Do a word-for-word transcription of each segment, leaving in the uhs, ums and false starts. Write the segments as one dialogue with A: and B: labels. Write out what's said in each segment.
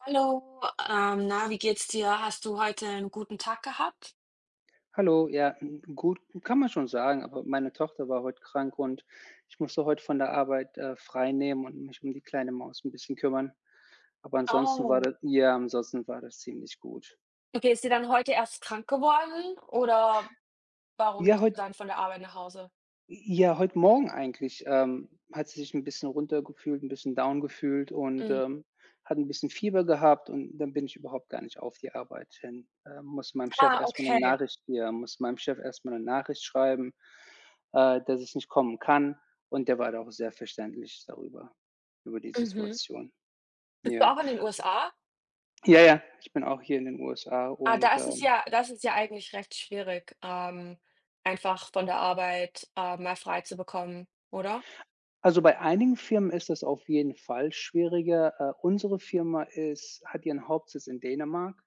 A: Hallo, ähm, na, wie geht's dir? Hast du heute einen guten Tag gehabt?
B: Hallo, ja, n- gut, kann man schon sagen, aber meine Tochter war heute krank und ich musste heute von der Arbeit äh, frei nehmen und mich um die kleine Maus ein bisschen kümmern. Aber ansonsten war
A: Oh,
B: das, ja, ansonsten war das ziemlich gut.
A: okay, ist dir dann heute erst krank geworden oder warum
B: Ja,
A: bist du
B: heute
A: dann von der Arbeit nach Hause?
B: Ja, heute Morgen eigentlich, ähm, hat sie sich ein bisschen runtergefühlt, ein bisschen down gefühlt und,
A: Mhm.
B: ähm, hat ein bisschen Fieber gehabt und dann bin ich überhaupt gar nicht auf die Arbeit hin. Äh, musste meinem Chef
A: Ah,
B: erstmal eine
A: okay.
B: Nachricht hier, muss meinem Chef erstmal eine Nachricht schreiben, äh, dass ich nicht kommen kann und der war da auch sehr verständlich darüber, über die
A: Mhm.
B: Situation.
A: Bist du
B: Ja.
A: auch in den U S A?
B: Ja, ja, ich bin auch hier in den U S A
A: Ah, da
B: und,
A: ist es
B: ähm
A: ja, das ist ja eigentlich recht schwierig, ähm, einfach von der Arbeit, äh, mal frei zu bekommen, oder?
B: Also, bei einigen Firmen ist das auf jeden Fall schwieriger. Äh, unsere Firma ist hat ihren Hauptsitz in Dänemark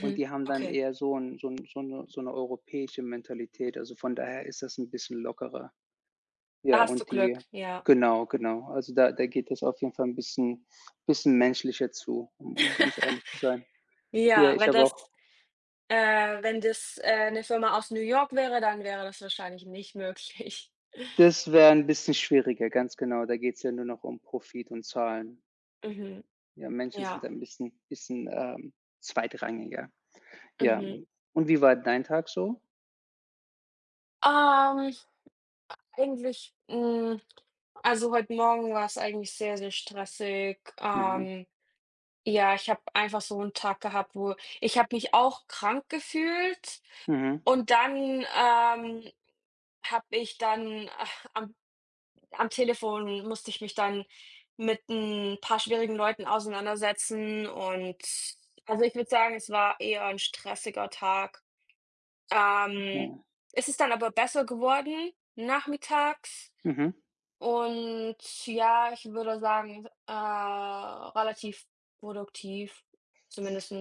B: und die haben dann
A: okay.
B: eher so 'n so 'n so 'ne so 'ne europäische Mentalität. Also, von daher ist das ein bisschen lockerer.
A: Da
B: Ja,
A: hast du
B: und
A: Glück,
B: die
A: ja.
B: genau, genau. Also, da da geht das auf jeden Fall ein bisschen bisschen menschlicher zu, um um ganz ehrlich zu sein. Ja,
A: Ja,
B: ich
A: wenn
B: habe
A: das
B: auch
A: Äh, wenn das, äh, 'ne Firma aus New York wäre, dann wäre das wahrscheinlich nicht möglich.
B: das wäre ein bisschen schwieriger, ganz genau. Da geht es ja nur noch um Profit und Zahlen.
A: Mhm,
B: Ja, Menschen sind
A: ja,
B: ein bisschen bisschen, ähm, zweitrangiger. Ja,
A: mhm.
B: hm. Und wie war dein Tag so?
A: Ähm, eigentlich, hm also, heute Morgen war es eigentlich sehr, sehr stressig.
B: Mhm,
A: Ähm, ja, ich habe einfach so 'n Tag gehabt, wo ich habe mich auch krank gefühlt
B: mhm,
A: und dann, ähm, habe ich dann äh, am am Telefon musste ich mich dann mit ein paar schwierigen Leuten auseinandersetzen, und also, ich würde sagen, es war eher ein stressiger Tag. Ähm,
B: ja,
A: es ist dann aber besser geworden nachmittags,
B: mhm.
A: und ja, ich würde sagen, äh, relativ produktiv, zumindest.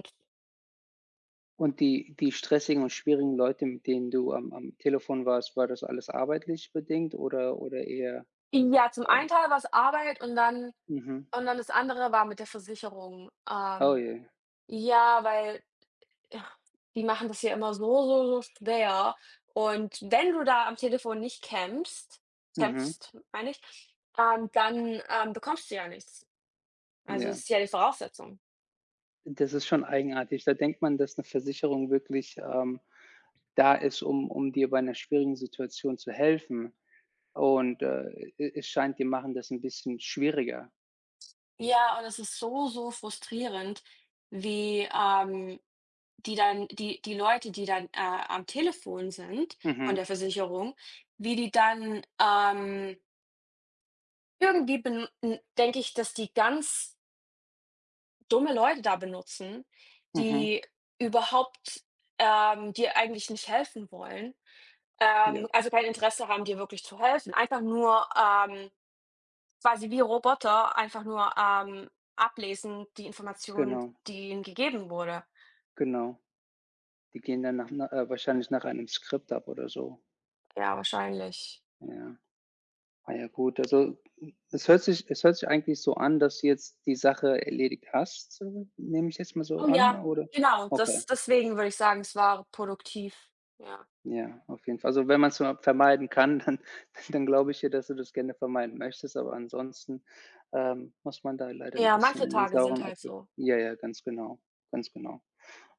B: Und die die stressigen und schwierigen Leute, mit denen du am am Telefon warst, war das alles arbeitlich bedingt oder oder eher,
A: Ja, zum
B: äh
A: einen Teil war es Arbeit, und dann
B: mhm.
A: und dann das andere war mit der Versicherung.
B: Oh
A: Ähm,
B: je.
A: ja, weil Ja, die machen das ja immer so, so, so schwer. Und wenn du da am Telefon nicht kämpfst
B: Mhm,
A: kämpfst, meine ich, ähm, dann, ähm, bekommst du ja nichts. Also,
B: ja.
A: es ist ja die Voraussetzung.
B: Das ist schon eigenartig. Da denkt man, dass 'ne Versicherung wirklich, ähm, da ist, um um dir bei 'ner schwierigen Situation zu helfen. Und, äh, e es scheint, die machen das 'n bisschen schwieriger.
A: Ja, und es ist so, so frustrierend, wie, ähm, die dann die die Leute, die dann, äh, am Telefon sind von
B: Mhm,
A: der Versicherung, wie die dann, ähm irgendwie, denke ich, dass die ganz dumme Leute da benutzen,
B: mhm,
A: die überhaupt, ähm dir eigentlich nicht helfen wollen,
B: ja,
A: ähm, also kein Interesse haben, dir wirklich zu helfen. Einfach nur, ähm, quasi wie Roboter, einfach nur, ähm, ablesen die Informationen,
B: genau,
A: die ihnen gegeben wurde.
B: genau. Die gehen dann nach 'ner äh, wahrscheinlich nach einem Skript ab oder so.
A: Ja, wahrscheinlich.
B: Ja. Ah ja gut, also, es hört sich es hört sich eigentlich so an, dass du jetzt die Sache erledigt hast, so nehme ich jetzt mal so
A: Oh
B: an,
A: ja,
B: oder?
A: genau,
B: Okay,
A: das deswegen würde ich sagen, es war produktiv, ja.
B: ja, auf jeden Fall. Also, wenn man es vermeiden kann, dann dann glaube ich dir, dass du das gerne vermeiden möchtest, aber ansonsten, ähm, muss man da leider ein
A: Ja,
B: bisschen
A: manche
B: in den
A: Tage sind
B: sauren
A: halt
B: Apfel,
A: so.
B: ja, ja, ganz genau, ganz genau.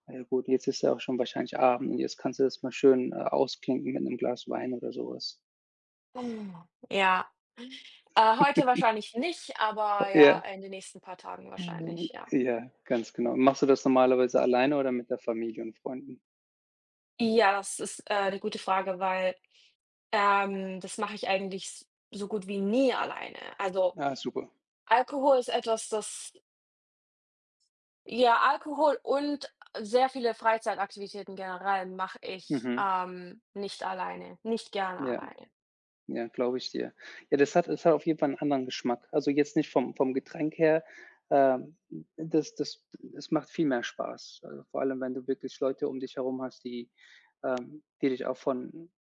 B: Na ja gut, jetzt ist ja auch schon wahrscheinlich Abend und jetzt kannst du das mal schön, äh, ausklinken mit einem Glas Wein oder sowas.
A: Mm. Ja, äh, heute wahrscheinlich nicht, aber
B: Ja.
A: ja, in den nächsten paar Tagen
B: Mhm.
A: wahrscheinlich, ja.
B: Ja, ganz genau. Machst du das normalerweise alleine oder mit der Familie und Freunden?
A: Ja, das ist, äh, 'ne gute Frage, weil, ähm, das mache ich eigentlich s so gut wie nie alleine. Also,
B: Ah, super.
A: Alkohol ist etwas, das ja, Alkohol und sehr viele Freizeitaktivitäten generell mache ich,
B: Mhm.
A: ähm, nicht alleine, nicht gerne
B: Ja,
A: alleine.
B: ja, glaube ich dir. Ja, das hat das hat auf jeden Fall einen anderen Geschmack. Also, jetzt nicht vom vom Getränk her, ähm, das das es macht viel mehr Spaß. Also, vor allem, wenn du wirklich Leute um dich herum hast, die, ähm die dich auch von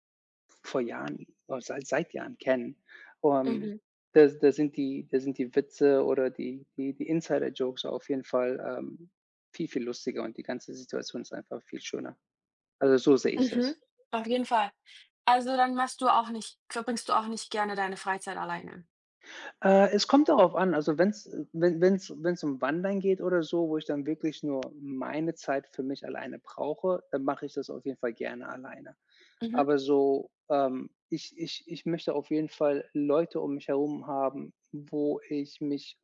B: vor Jahren oder seit seit Jahren kennen. Ähm,
A: Mhm,
B: da da sind die da sind die Witze oder die die die Insider-Jokes auf jeden Fall, ähm, viel, viel lustiger und die ganze Situation ist einfach viel schöner. Also, so sehe ich
A: mhm,
B: das.
A: auf jeden Fall. Also, dann machst du auch nicht verbringst du auch nicht gerne deine Freizeit alleine?
B: Äh, es kommt darauf an, also, wenn's wenn wenn's wenn's um Wandern geht oder so, wo ich dann wirklich nur meine Zeit für mich alleine brauche, dann mache ich das auf jeden Fall gerne alleine.
A: Mhm,
B: Aber so, ähm, ich ich ich möchte auf jeden Fall Leute um mich herum haben, wo ich mich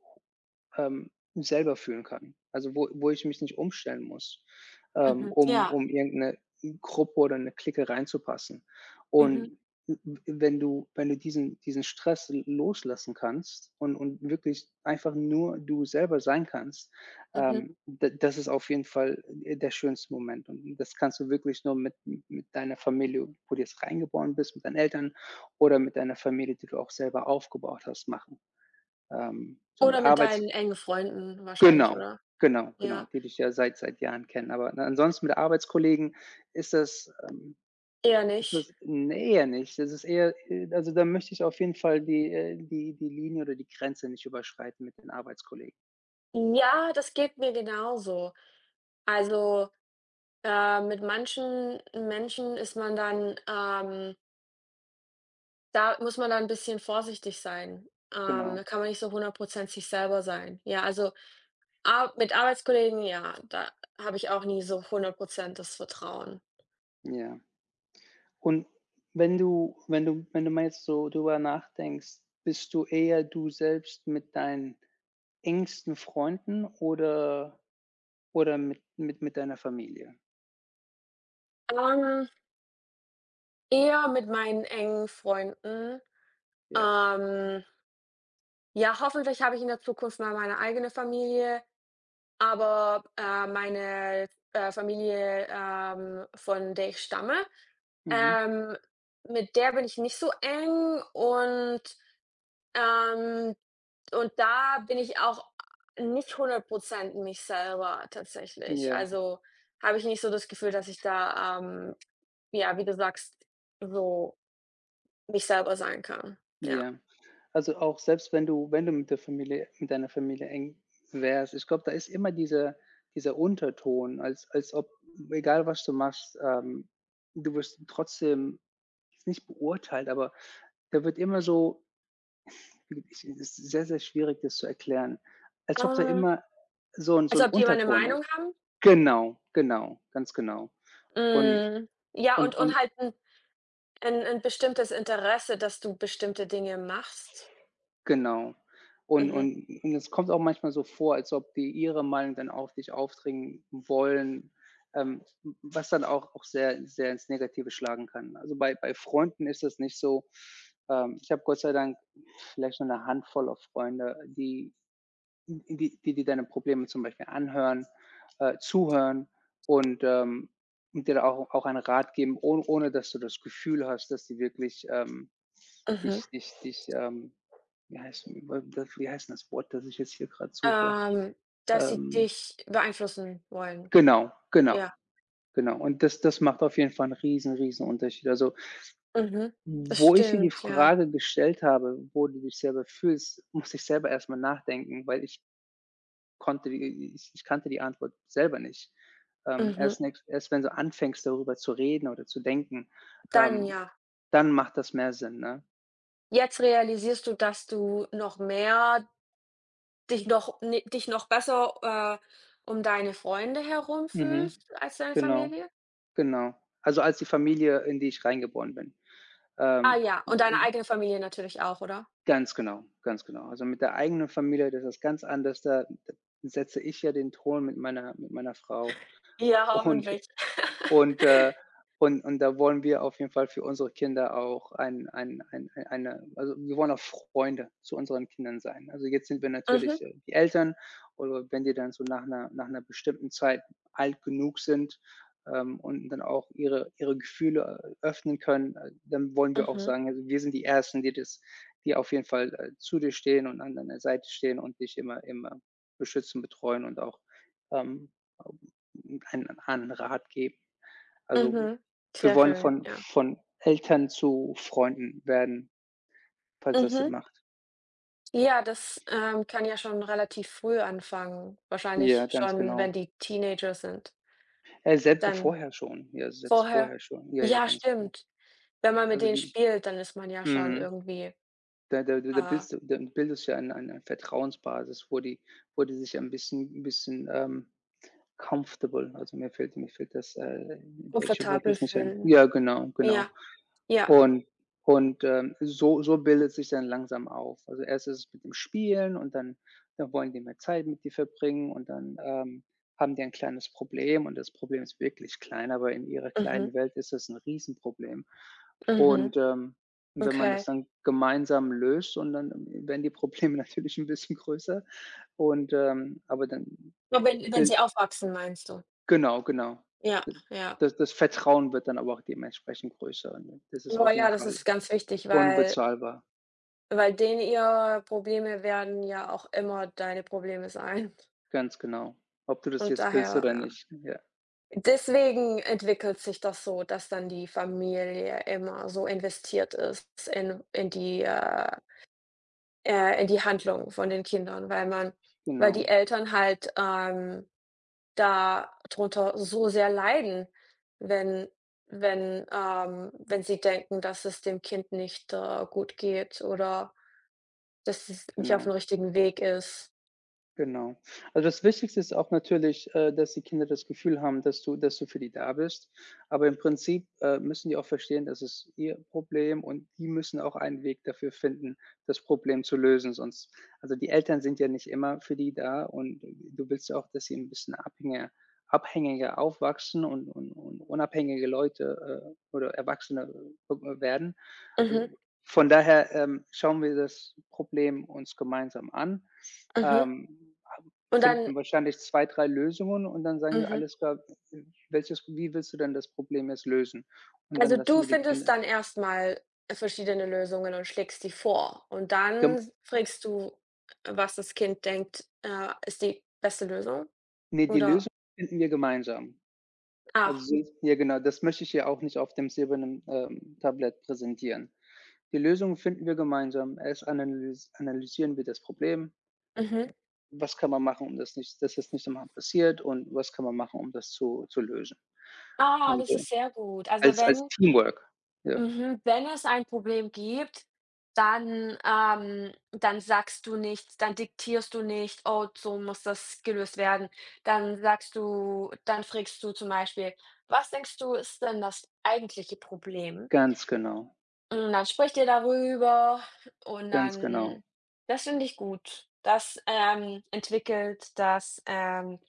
B: ähm, selber fühlen kann. Also wo wo ich mich nicht umstellen muss, ähm,
A: mhm,
B: um
A: ja,
B: um irgendeine Gruppe oder eine Clique reinzupassen.
A: mhm,
B: Und wenn du wenn du diesen diesen Stress loslassen kannst und und wirklich einfach nur du selber sein kannst,
A: mhm.
B: ähm, d das ist auf jeden Fall, äh, der schönste Moment. Und das kannst du wirklich nur mit mit deiner Familie, wo du jetzt reingeboren bist, mit deinen Eltern oder mit deiner Familie, die du auch selber aufgebaut hast, machen. Ähm, so mit
A: Oder mit
B: Arbeits
A: deinen engen Freunden wahrscheinlich,
B: Genau,
A: oder?
B: genau, genau,
A: Ja,
B: die dich ja seit seit Jahren kennen. Aber na, ansonsten mit Arbeitskollegen ist das, ähm
A: eher
B: ist
A: nicht.
B: das, ne, eher nicht. Das ist eher äh, also, da möchte ich auf jeden Fall die, äh die die Linie oder die Grenze nicht überschreiten mit den Arbeitskollegen.
A: Ja, das geht mir genauso. Also, äh, mit manchen Menschen ist man dann, ähm da muss man dann ein bisschen vorsichtig sein. Ähm, da
B: Genau,
A: kann man nicht so hundert Prozent sich selber sein. Ja, also, ar mit Arbeitskollegen, ja, da habe ich auch nie so hundert Prozent das Vertrauen.
B: ja. Und wenn du wenn du wenn du mal jetzt so drüber nachdenkst, bist du eher du selbst mit deinen engsten Freunden oder oder mit mit mit deiner Familie?
A: Ähm, eher mit meinen engen Freunden.
B: Ja.
A: Ähm, ja, hoffentlich habe ich in der Zukunft mal meine eigene Familie. Aber, äh, meine, äh, Familie, ähm, von der ich stamme,
B: Mhm.
A: ähm, mit der bin ich nicht so eng, und, ähm und da bin ich auch nicht hundert Prozent mich selber tatsächlich.
B: Ja,
A: Also, habe ich nicht so das Gefühl, dass ich da, ähm, ja, wie du sagst, so mich selber sein kann. Ja.
B: ja. Also auch selbst wenn du wenn du mit der Familie mit deiner Familie eng wärst, ich glaube, da ist immer dieser dieser Unterton, als als ob egal was du machst, ähm, du wirst trotzdem jetzt nicht beurteilt, aber da wird immer so ich es ist sehr, sehr schwierig, das zu erklären, als ob da
A: Äh,
B: immer so ein so
A: als
B: ein
A: ob die immer 'ne
B: Unterton
A: Meinung
B: ist.
A: haben?
B: Genau, genau, ganz genau. Und
A: Mhm. Ja, und
B: und
A: und
B: und
A: halt Ein ein bestimmtes Interesse, dass du bestimmte Dinge machst?
B: Genau. Und
A: Mhm,
B: und und es kommt auch manchmal so vor, als ob die ihre Meinung dann auf dich aufdringen wollen, ähm, was dann auch auch sehr sehr ins Negative schlagen kann. Also, bei bei Freunden ist das nicht so. Ähm, ich habe Gott sei Dank vielleicht nur eine Handvoll auf Freunde, die in die die deine Probleme zum Beispiel anhören, äh, zuhören und, ähm, und dir da auch auch einen Rat geben, ohn ohne dass du das Gefühl hast, dass die wirklich, ähm,
A: mhm.
B: dich dich dich, ähm wie heißt wie heißt 'n das Wort, das ich jetzt hier gerade suche?
A: Ähm, dass sie
B: Ähm,
A: dich beeinflussen wollen.
B: genau, genau,
A: Ja,
B: genau. Und das das macht auf jeden Fall einen riesen, riesen Unterschied. Also,
A: mhm. Das
B: wo ich dir die
A: stimmt, ja.
B: Frage gestellt habe, wo du dich selber fühlst, muss ich selber erstmal nachdenken, weil ich konnte, ich, ich kannte die Antwort selber nicht. Ähm,
A: Mhm.
B: erst, erst wenn du anfängst, darüber zu reden oder zu denken,
A: Dann
B: ähm,
A: ja.
B: dann macht das mehr Sinn, ne?
A: Jetzt realisierst du, dass du noch mehr dich noch ne, dich noch besser, äh, um deine Freunde herum
B: Mhm.
A: fühlst als deine
B: Genau,
A: Familie?
B: genau. Also als die Familie, in die ich reingeboren bin.
A: Ah
B: Ähm,
A: ja, und deine eigene Familie natürlich auch, oder?
B: ganz genau, ganz genau. Also mit der eigenen Familie, das ist ganz anders. Da, da setze ich ja den Ton mit meiner, mit meiner Frau.
A: Ja,
B: Und
A: hoffentlich.
B: Und, äh, und und da wollen wir auf jeden Fall für unsere Kinder auch ein ein ein ein eine also, wir wollen auch Freunde zu unseren Kindern sein. Also, jetzt sind wir
A: Mhm,
B: natürlich, äh, die Eltern, oder wenn die dann so nach einer nach einer bestimmten Zeit alt genug sind, ähm, und dann auch ihre ihre Gefühle, äh, öffnen können, äh, dann wollen wir auch
A: mhm,
B: sagen: „Also, wir sind die Ersten, die das die auf jeden Fall, äh, zu dir stehen und an deiner Seite stehen und dich immer immer beschützen, betreuen und auch, ähm, ähm, einen einen Rat geben.“ Also,
A: mhm.
B: wir
A: Sehr
B: wollen
A: schön,
B: von
A: ja.
B: von Eltern zu Freunden werden, falls das Sinn
A: Mhm.
B: macht.
A: Ja, das, ähm, kann ja schon relativ früh anfangen.
B: Ja,
A: Wahrscheinlich
B: ganz
A: schon, wenn
B: genau.
A: die Teenager sind.
B: Äh, selbst
A: Dann
B: vorher schon. Ja, selbst
A: vorher
B: vorher schon. Ja, ja,
A: ja,
B: ganz genau.
A: stimmt. Wenn man mit
B: Also,
A: denen
B: die
A: spielt, dann ist man ja schon
B: mhm.
A: irgendwie,
B: Da da da da
A: äh,
B: bildest du da bildest du ja eine eine Vertrauensbasis, wo die wo die sich ein bisschen ein bisschen, ähm, comfortable, also, mir fehlt mir fehlt das, äh, deutsche Wort
A: komfortabel
B: jetzt nicht ein.
A: fühlen.
B: Ja, genau, genau.
A: Ja, ja.
B: Und und, ähm, so so bildet sich dann langsam auf. Also, erst ist es mit dem Spielen und dann dann wollen die mehr Zeit mit dir verbringen und dann, ähm, haben die ein kleines Problem und das Problem ist wirklich klein, aber in ihrer
A: Mhm,
B: kleinen Welt ist das ein Riesenproblem.
A: mhm,
B: Und, ähm, wenn man
A: okay.
B: das dann gemeinsam löst und dann äh, werden die Probleme natürlich ein bisschen größer und, ähm aber dann
A: Nur wenn wenn
B: äh,
A: sie aufwachsen, meinst du?
B: genau, genau.
A: Ja, ja.
B: Das das Vertrauen wird dann aber auch dementsprechend größer. Und Das ist
A: Oh
B: auf jeden
A: ja, das
B: Fall
A: ist ganz wichtig, weil
B: unbezahlbar,
A: weil denen ihre Probleme werden ja auch immer deine Probleme sein.
B: ganz genau. Ob du das
A: Und
B: jetzt willst oder
A: daher
B: nicht. Ja,
A: Deswegen entwickelt sich das so, dass dann die Familie immer so investiert ist in in die, äh äh, in die Handlung von den Kindern, weil man weil die
B: genau,
A: Eltern halt, ähm, da drunter so sehr leiden, wenn wenn, ähm wenn sie denken, dass es dem Kind nicht, äh, gut geht oder dass es nicht auf
B: genau,
A: dem richtigen Weg ist.
B: genau. Also, das Wichtigste ist auch natürlich, äh, dass die Kinder das Gefühl haben, dass du dass du für die da bist. Aber im Prinzip, äh, müssen die auch verstehen, das ist ihr Problem und die müssen auch einen Weg dafür finden, das Problem zu lösen, sonst also, die Eltern sind ja nicht immer für die da und du willst ja auch, dass sie ein bisschen abhängiger abhängiger aufwachsen und und und unabhängige Leute, äh, oder Erwachsene, äh, werden. Also,
A: Mhm,
B: von daher, ähm, schauen wir das Problem uns gemeinsam an,
A: mhm.
B: ähm,
A: Und dann
B: finden wahrscheinlich zwei, drei Lösungen und dann sagen wir:
A: mhm.
B: „Alles klar, welches wie willst du denn das Problem jetzt lösen?“ Und dann
A: Also,
B: lassen
A: du
B: wir die
A: findest
B: Kinder
A: dann erstmal verschiedene Lösungen und schlägst die vor und
B: gem
A: dann fragst du, was das Kind denkt, äh, ist die beste Lösung
B: Ne, die
A: oder
B: Lösung finden wir gemeinsam. Also,
A: ah,
B: so ja genau, das möchte ich ja auch nicht auf dem silbernen, ähm, Tablett präsentieren. Die Lösung finden wir gemeinsam. Erst analys analysieren wir das Problem.
A: mhm.
B: Was kann man machen, um das nicht dass das nicht nochmal passiert und was kann man machen, um das zu zu lösen?
A: Ah,
B: Und,
A: das
B: äh,
A: ist sehr gut. Also,
B: als als
A: wenn
B: Teamwork. Ja,
A: mhm, wenn es ein Problem gibt, dann, ähm dann sagst du nicht dann diktierst du nicht: „Oh, so muss das gelöst werden.“ Dann sagst du dann fragst du zum Beispiel: „Was denkst du, ist denn das eigentliche Problem?“
B: ganz genau,
A: Und dann sprecht ihr darüber, und
B: ganz genau,
A: dann das finde ich gut. Das, ähm, entwickelt das, ähm,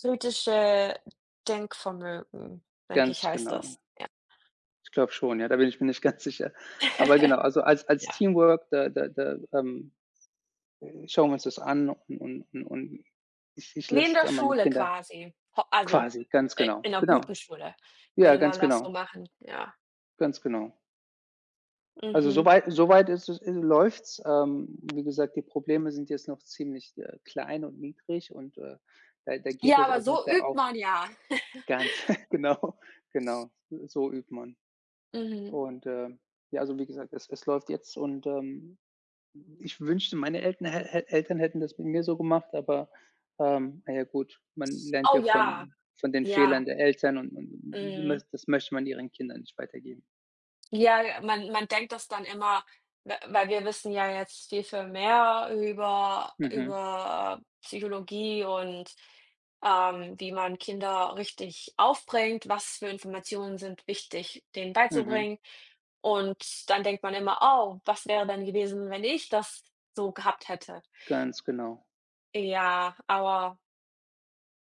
A: kritische Denkvermögen, denke ich,
B: ganz
A: heißt
B: genau.
A: das. Ja.
B: Ich glaube schon, ja, da bin ich mir nicht ganz sicher. Aber genau, also als als
A: Ja.
B: Teamwork, da da da, ähm, schauen wir uns das an und und und und ich ich
A: Wie in
B: lasse
A: der
B: da meine
A: Schule
B: Kinder
A: quasi. Ho also,
B: quasi, ganz
A: äh,
B: genau,
A: in 'ner
B: genau.
A: guten Schule
B: Ja,
A: würde
B: ganz
A: man das so
B: genau,
A: machen, ja.
B: ganz genau. Also so
A: Mhm.
B: weit so weit ist es äh, läuft's. Ähm, wie gesagt, die Probleme sind jetzt noch ziemlich, äh, klein und niedrig und, äh, da da geht
A: Ja,
B: es
A: aber
B: auf jeden
A: so
B: Fall
A: übt
B: auch.
A: man ja.
B: Ganz genau, genau. So übt man.
A: Mhm.
B: Und, ähm, ja, also wie gesagt, es es läuft jetzt und, ähm, ich wünschte, meine Eltern hä hä Eltern hätten das mit mir so gemacht, aber, ähm, na ja gut, man lernt
A: Oh
B: ja
A: ja,
B: von von den Fehlern
A: ja,
B: der Eltern und und
A: mhm.
B: möcht das möchte man ihren Kindern nicht weitergeben.
A: Ja, man man denkt das dann immer, we weil wir wissen ja jetzt viel, viel mehr über
B: Mhm,
A: über Psychologie und, ähm, wie man Kinder richtig aufbringt, was für Informationen sind wichtig, denen
B: mhm,
A: beizubringen. Und dann denkt man immer: „Oh, was wäre denn gewesen, wenn ich das so gehabt hätte?“
B: ganz genau.
A: Ja, aber,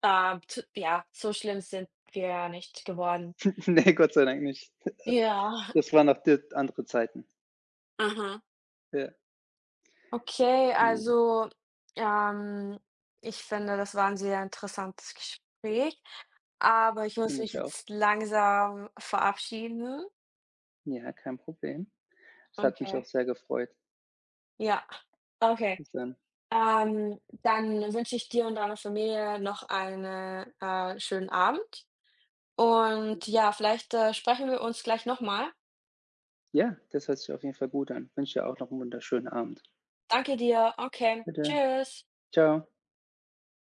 A: ähm, t ja, so schlimm sind wir ja nicht geworden.
B: Ne, Gott sei Dank nicht.
A: Ja,
B: Das waren noch d andere Zeiten.
A: aha.
B: Ja,
A: Okay,
B: ne,
A: also, ähm, ich finde, das war ein sehr interessantes Gespräch, aber ich muss
B: finde
A: mich
B: ich auch.
A: jetzt langsam verabschieden.
B: Ja, kein Problem. Das hat mich auch
A: Okay.
B: sehr gefreut.
A: Ja, okay.
B: Bis dann.
A: Ähm, dann wünsche ich dir und deiner Familie noch einen äh, schönen Abend und ja, vielleicht, äh, sprechen wir uns gleich nochmal.
B: Ja, das hört sich auf jeden Fall gut an. Wünsche dir auch noch einen wunderschönen Abend.
A: Danke dir. Okay.
B: Bitte.
A: Tschüss.
B: Ciao.